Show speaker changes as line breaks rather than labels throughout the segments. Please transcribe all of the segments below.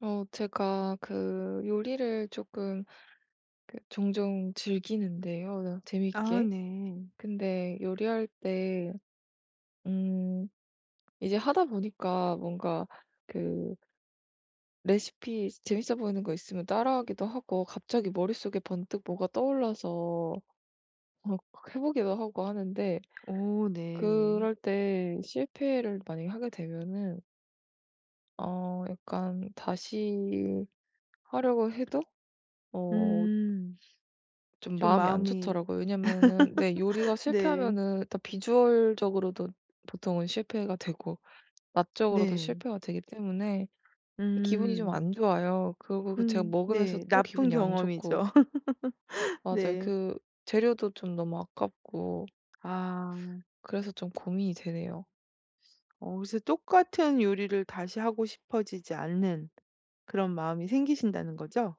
제가 그 요리를 조금 그 종종 즐기는데요.
아
재밌게.
네.
근데 요리할 때, 음, 이제 하다 보니까 뭔가 그 레시피 재밌어 보이는 거 있으면 따라하기도 하고 갑자기 머릿속에 번뜩 뭐가 떠올라서 해보기도 하고 하는데
오 네.
그럴 때 실패를 만약에 하게 되면은 약간 다시 하려고 해도 어,
음.
좀
좀
마음이 안
마음이
좋더라고요. 왜냐면은, 네, 요리가
네.
실패하면은 일단 비주얼적으로도 보통은 실패가 되고 맛적으로도
네.
실패가 되기 때문에 이 기분이 좀
음.
안 좋아요. 그리고 그 제가 먹으면서
네.
또
나쁜
기분이 안 좋고
경험이죠.
맞아요.
네.
그 재료도 좀 너무 아깝고
아.
그래서 좀 고민이 되네요.
어 그래서 똑같은 요리를 다시 하고 싶어지지 않는 그런 마음이 생기신다는 거죠?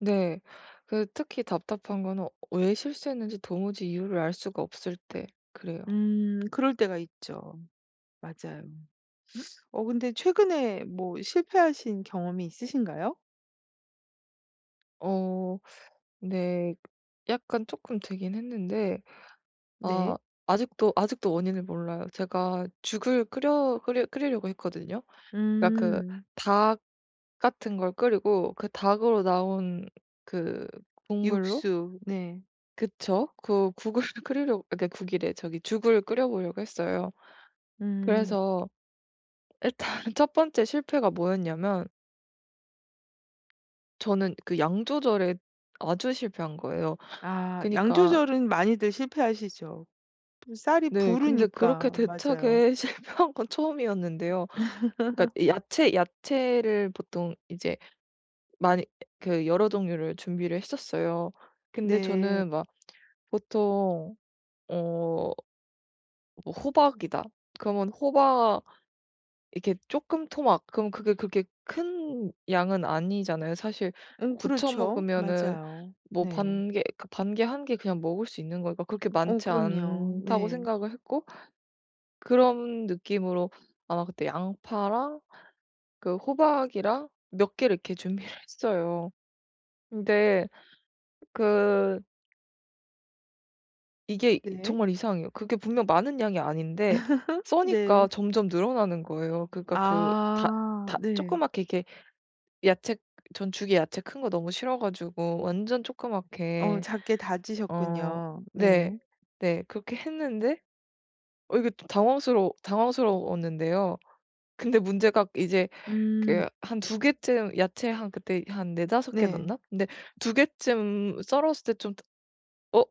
네. 그 특히 답답한 거는 왜 실수했는지 도무지 이유를 알 수가 없을 때 그래요.
음. 그럴 때가 있죠. 맞아요. 어 근데 최근에 뭐 실패하신 경험이 있으신가요?
어, 네. 약간 쪼끔 되긴 했는데
네.
아 아직도 원인을 몰라요. 제가 죽을 끓여 끓여 끓이려고 했거든요. 그러니까 그
음.
닭 같은 걸 끓이고 그 닭으로 나온 그 국물로
육수. 네.
그쵸. 그 국을 끓이려 그러니까 국이래. 저기 죽을 끓여 보려고 했어요.
음.
그래서 일단 첫 번째 실패가 뭐였냐면 저는 그 양 조절에 아주 실패한 거예요.
아 양
그니까 러
조절은 많이들 실패하시죠. 쌀이
네 근데 그렇게
부르니까. 맞아요.
대차게 실패한 건 처음이었는데요. 그러니까 야채를 보통 이제 많이 그 여러 종류를 준비를 했었어요. 근데
네.
저는 막 보통 어 뭐 호박이다. 그러면 호박 이렇게 조금 토막 그럼 그게 그렇게 큰 양은 아니잖아요. 사실
어
부쳐
그렇죠.
먹으면은
맞아요.
뭐
네.
반 개 그 반 개 한 개 그냥 먹을 수 있는 거니까 그렇게
어
많지
그럼요.
않다고
네.
생각을 했고 그런 느낌으로 아마 그때 양파랑 그 호박이랑 몇 개를 이렇게 준비를 했어요. 근데 그 이게
네.
정말 이상해요. 그게 분명 많은 양이 아닌데 써니까
네.
점점 늘어나는 거예요. 그러니까 그 다
아
다
네.
조그맣게 이렇게 야채 전 죽이 야채 큰 거 너무 싫어 가지고 완전
어
조그맣게
작게
어,
다지셨군요.
네.
네.
네. 그렇게 했는데 이게 좀 당황스러웠는데요. 근데 문제가 이제
음
그 한 두 개쯤 야채 한 그때 한 네다섯 개
네.
넣나? 근데 두 개쯤 썰었을 때 좀 '어?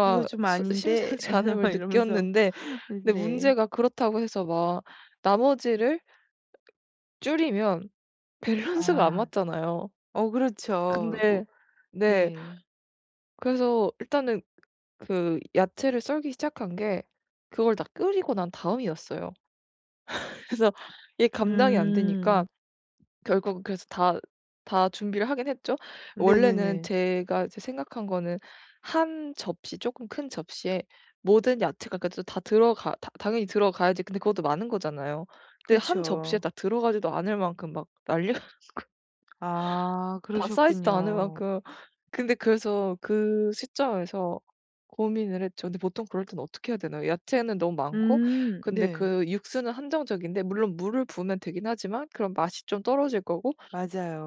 '이거 좀
수
아닌데.'
심상치 않음을
막 이러면서
느꼈는데 근데
네.
문제가 그렇다고 해서 막 나머지를 줄이면 밸런스가 안
아.
맞잖아요.
어 그렇죠. 뭐
근데 네.
네.
그래서 일단은 그 야채를 썰기 시작한 게 그걸 다 끓이고 난 다음이었어요. 그래서 이게 감당이 안
음.
되니까 결국은 그래서 다 다 준비를 하긴 했죠. 원래는
네네네.
제가 이제 생각한 거는 한 접시 조금 큰 접시에 모든 야채가 그래다 들어가 다 당연히 들어가야지 근데 그것도 많은 거잖아요.
그렇
근데 한 접시에
죠
다 들어가지도 않을 만큼 막 난리
아
다 쌓이지도 않을
그러셨군요.
만큼 근데 그래서 그 시점에서 고민을 했죠. 근데 보통 그럴 때는 어떻게 해야 되나요? 야채는 너무 많고 근데
네.
그 육수는 한정적인데 물론 물을 부으면 되긴 하지만 그럼 맛이 좀 떨어질 거고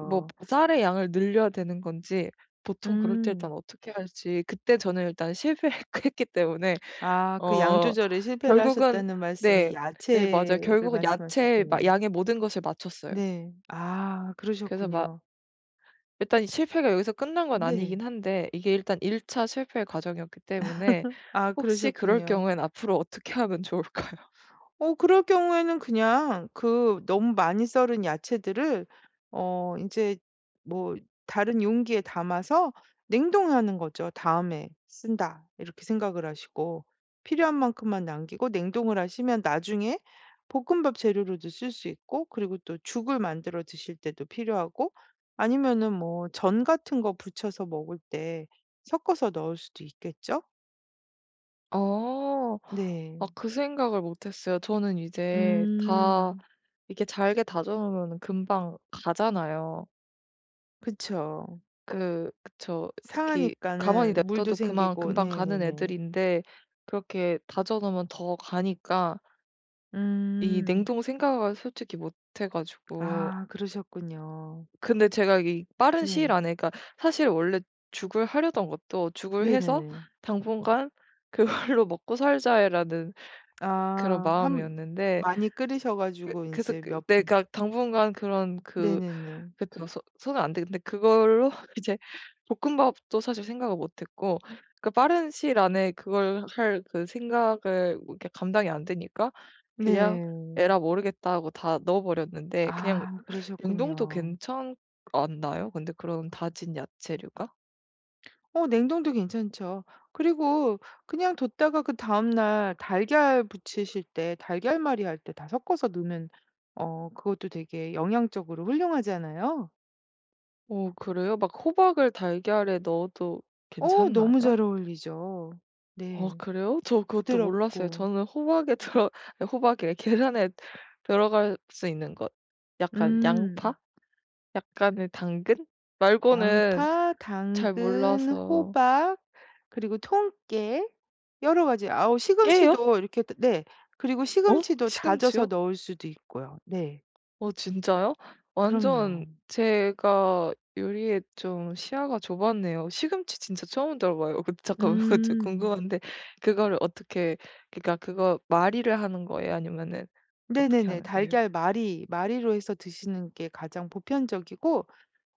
뭐 쌀의 양을 늘려야 되는 건지 보통 그럴 때
음.
일단 어떻게 할지 그때 저는 일단 실패했기 때문에
아 그 양
어,
조절에 실패를
결국은
하셨다는 말씀이
네. 네, 맞아요.
야채를
결국은 야채 마
말씀하셨군요.
양의 모든 것을 맞췄어요.
네. 아
그래서 막
그러셨군요.
일단 실패가 여기서 끝난 건
네.
아니긴 한데 이게 일단 1차 실패의 과정이었기 때문에
아
혹시 그럴
그러셨군요.
경우엔 앞으로 어떻게 하면 좋을까요?
어 그럴 경우에는 그냥 그 너무 많이 썰은 야채들을 어 이제 뭐 다른 용기에 담아서 냉동하는 거죠. '다음에 쓴다.' 이렇게 생각을 하시고 필요한 만큼만 남기고 냉동을 하시면 나중에 볶음밥 재료로도 쓸 수 있고 그리고 또 죽을 만들어 드실 때도 필요하고 아니면은 뭐 전 같은 거 부쳐서 먹을 때 섞어서 넣을 수도 있겠죠?
어. 아
네.
그 생각을 못 했어요. 저는 이제 다
음.
이게 잘게 다져 놓으면은 금방 가잖아요.
그쵸.
그 그쵸. 특히 가만히
상하니까는 물도
냅둬도 그만
생기고
금방 가는
네네네.
애들인데 그렇게 다져 놓으면 더 가니까 이
음.
냉동 생각을 솔직히 못 해 가지고
아 그러셨군요.
근데 제가 이 빠른 시일
네.
안에 그러니까 사실 원래 죽을 하려던 것도 죽을 해서
네네네.
당분간 '그걸로 먹고 살자.'라는
아
그런
한
마음이었는데
많이 끓이셔
그
가지고 이
그래서
제
그
몇
네
분
그러니까 당분간 그런 그
네네네.
그쵸. 소 손은 안 돼. 근데 그걸로 이제 볶음밥도 사실 생각을 못 했고 그 빠른 시일 안에 그걸 할 그 생각을 뭐 이렇게 감당이 안 되니까 그냥
네.
'에라 모르겠다.' 하고 다 넣어 버렸는데 그냥
아
냉동도
그러셨군요.
괜찮 않나요? 근데 그런 다진 야채류가?
어 냉동도 괜찮죠. 그리고 그냥 뒀다가 그다음 날 달걀 부치실 때 달걀말이 할 때 다 섞어서 넣으면 어 그것도 되게 영양적으로 훌륭하잖아요.
어, 그래요? 막 호박을 달걀에 넣어도
어 너무
괜찮나요?
잘 어울리죠.
아,
네.
그래요? 저 그것도 몰랐어요.
부드럽고.
저는 호박에 들어 아니 호박이래 계란에 들어갈 수 있는 것 약간 양파?
음.
약간의 당근 말고는
양파,
잘
당근,
몰라서
호박 그리고 통깨 여러 가지 아우
깨요?
시금치도 이렇게 다 네. 그리고
어?
시금치도 다져서
시금치요?
넣을 수도 있고요. 네.
어, 진짜요? 완전
그럼요.
제가 요리에 좀 시야가 좁았네요. 시금치 진짜 처음 들어봐요. 근데 잠깐만 그
음.
궁금한데 그거를 어떻게 그러니까 그거 말이를 하는 거예요? 아니면은 어떻게
네네네.
하는 거예요?
달걀 말이 말이로 해서 드시는 게 가장 보편적이고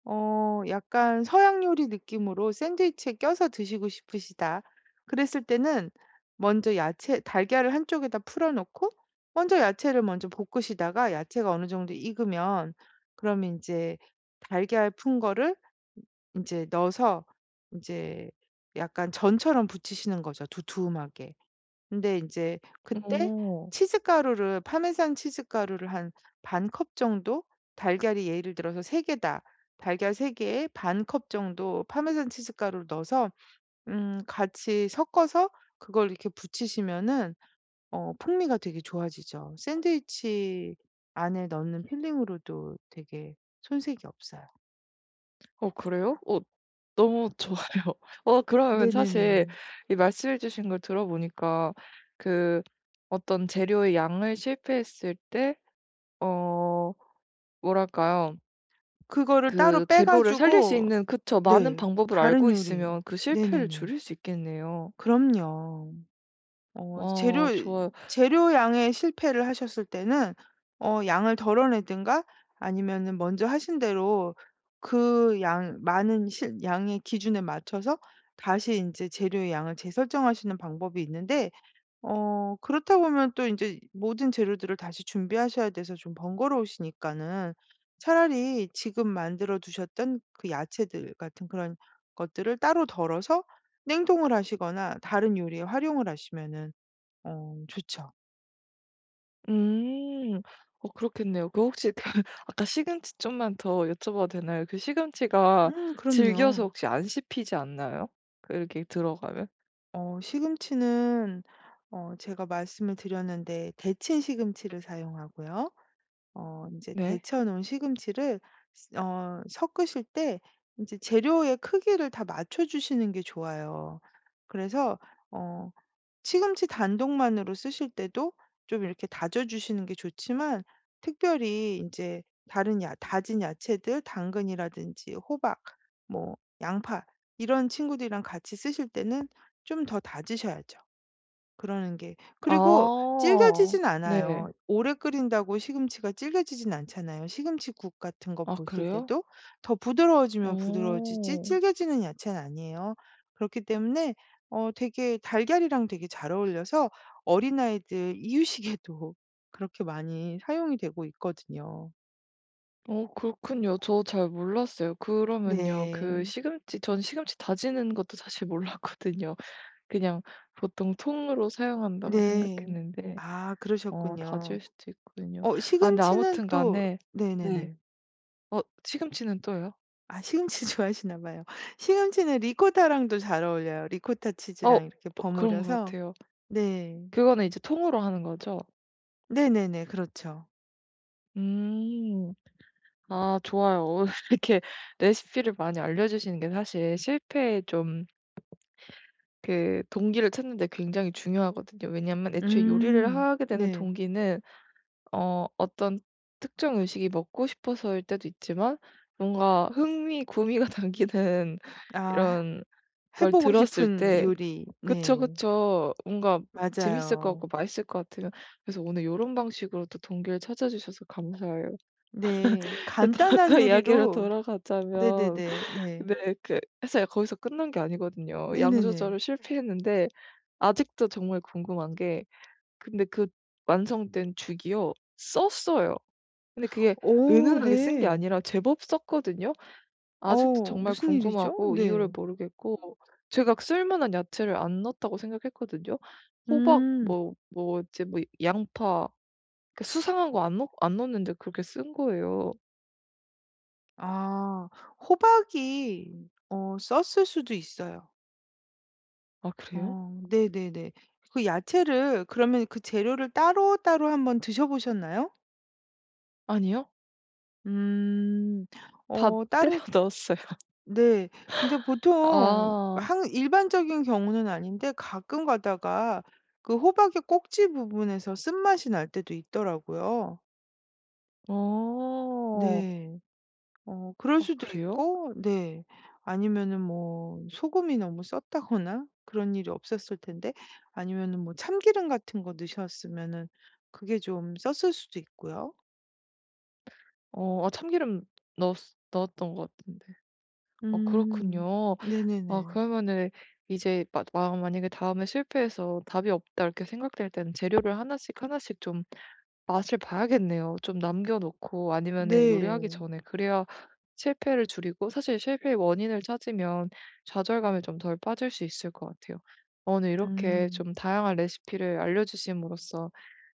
어 약간 서양 요리 느낌으로 샌드위치에 껴서 드시고 싶으시다. 그랬을 때는 먼저 야채 달걀을 한쪽에다 풀어 놓고 먼저 야채를 먼저 볶으시다가 야채가 어느 정도 익으면 그러면 제 달걀 푼 거를 이제 넣어서 이제 약간 전처럼 부치시는 거죠, 두툼하게. 근데 인제 그때
어.
치즈가루를 파메산 치즈가루를 한 반 컵 정도 달걀이 예를 들어서 3개다 개다. 달걀 3개에 개에 반 컵 정도 파메산 치즈가루를 넣어서 같이 섞어서 그걸 이렇게 부치시면은 어 풍미가 되게 좋아지죠. 샌드위치 안에 넣는 필링으로도 되게 손색이 없어요.
그래요? 너무 좋아요. 그러면 사실
네네네.
이 말씀해 주신 걸 들어보니까 그 어떤 재료의 양을 실패했을 때 어 뭐랄까요?
그거를 따로
그
빼
재료를 살릴 수
가지고
있는 그쵸. 많은
네.
방법을
다른
알고
요리.
있으면 그 실패를
네네네.
줄일 수 있겠네요.
그럼요. 어 재료
와 좋아요.
재료 양에 실패를 하셨을 때는 어 양을 덜어내든가 아니면은 먼저 하신 대로 그 양 많은 실 양의 기준에 맞춰서 다시 이제 재료의 양을 재설정하시는 방법이 있는데 어 그렇다 보면 또 이제 모든 재료들을 다시 준비하셔야 돼서 좀 번거로우시니까는 차라리 지금 만들어 두셨던 그 야채들 같은 그런 것들을 따로 덜어서 냉동을 하시거나 다른 요리에 활용을 하시면은 어 좋죠.
음. 그렇겠네요. 그 혹시 그 아까 시금치 좀만 더 여쭤봐도 되나요? 그 시금치가 질겨서
그럼요.
혹시 안 씹히지 않나요? 그 이렇게 들어가면?
어 시금치는 어 제가 말씀을 드렸는데 데친 시금치를 사용하고요. 어 이제
네.
데쳐 놓은 시금치를 스 어 섞으실 때 이제 재료의 크기를 다 맞춰 주시는 게 좋아요. 그래서 어 시금치 단독만으로 쓰실 때도 좀 이렇게 다져 주시는 게 좋지만 특별히 이제 다른 야 다진 야채들 당근이라든지 호박 뭐 양파 이런 친구들이랑 같이 쓰실 때는 좀 더 다지셔야죠. 그러는 게 그리고
아.
질겨지진
네.
않아요. 오래 끓인다고 시금치가 질겨지진 않잖아요. 시금치국 같은 거
아,
보실
그래요?
때도 더 부드러워지면 부드러워지지
오,
질겨지는 야채는 아니에요. 그렇기 때문에 어 되게 달걀이랑 되게 잘 어울려서 어린아이들 이유식에도 그렇게 많이 사용이 되고 있거든요.
그렇군요. 저 잘 몰랐어요. 그러면요 그
네.
시금치 전 시금치 다지는 것도 사실 몰랐거든요. 그냥 보통 통으로 사용한다고
네.
생각했는데
아
다질
그러셨군요.
수도 있군요.
어
아 근데
시금치는
아무튼
또
간에 네.
네네네.
어, 시금치는 또요?
아 시금치 좋아하시나 봐요. 시금치는 리코타랑도 잘 어울려요. 리코타
어.
치즈랑 이렇게
그런 것
버무려서
같아요.
네.
그거는 이제 통으로 하는 거죠?
네네네. 그렇죠.
음. 아 좋아요. 이렇게 레시피를 많이 알려주시는 게 사실 실패의 좀 그 동기를 찾는 데 굉장히 중요하거든요. 왜냐하면 애초에 요리를
음.
하게 되는
네.
동기는 어떤 특정 음식이 먹고 싶어서일 때도 있지만 뭔가 흥미, 구미가 담기는
아
이런
해
걸
보고
들었을
싶은
때
요리.
그쵸,
네.
그쵸. 뭔가 재밌을 것
맞아요.
같고 맛있을 것 같으면 그래서 오늘 이런 방식으로 또 동기를 찾아 주셔서 감사해요.
네.
근데 또
간단한
아까 이야기로
요리로
돌아가자면
네네네. 네.
근데 그사서 거기서 끝난 게 아니거든요. 양
네네네.
조절을 실패했는데 아직도 정말 궁금한 게 근데 그 완성된 죽이요 썼어요. 근데 그게
오
은은하게 쓴 게
네.
아니라 제법 썼거든요. 아직도
어
정말
무슨 일이죠?
궁금하고 이유를
네.
모르겠고 제가 쓸만한 야채를 안 넣었다고 생각했거든요. 호박
음.
뭐 뭐지 뭐 양파 그 수상한 거 안 넣었는데 그렇게 쓴 거예요.
아 호박이 어 썼을 수도 있어요.
아, 그래요?
어 네네네. 그 야채를 그러면 그 재료를 따로따로 한번 드셔 보셨나요?
아니요?
음.
다
어
때려
따로
넣었어요.
네. 근데 보통
아.
항 일반적인 경우는 아닌데 가끔 가다가 그 호박의 꼭지 부분에서 쓴맛이 날 때도 있더라고요.
어.
네. 어 그럴
아,
수도
그래요?
있고 네. 아니면은 뭐 소금이 너무 썼다거나 그런 일이 없었을 텐데 아니면은 뭐 참기름 같은 거 넣으셨으면은 그게 좀 썼을 수도 있고요.
어, 아 참기름 넣었 넣었던 것 같은데.
음.
그렇군요. 아
네네네.
그러면은 이제 마 마 만약에 다음에 실패해서 '답이 없다.' 이렇게 생각될 때는 재료를 하나씩, 하나씩 좀 맛을 봐야겠네요. 좀 남겨 놓고 아니면은 요리하기
네.
전에 그래야 실패를 줄이고 사실 실패의 원인을 찾으면 좌절감에 좀 덜 빠질 수 있을 것 같아요. 오늘 이렇게
음.
좀 다양한 레시피를 알려 주심으로써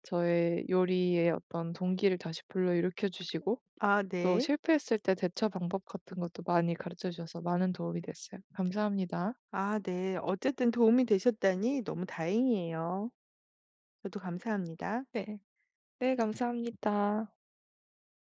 저의 요리의 어떤 동기를 다시 불러일으켜 주시고
아
또
네.
실패했을 때 대처 방법 같은 것도 많이 가르쳐 주셔서 많은 도움이 됐어요. 감사합니다.
아 네. 어쨌든 도움이 되셨다니 너무 다행이에요. 저도 감사합니다.
네. 네, 감사합니다.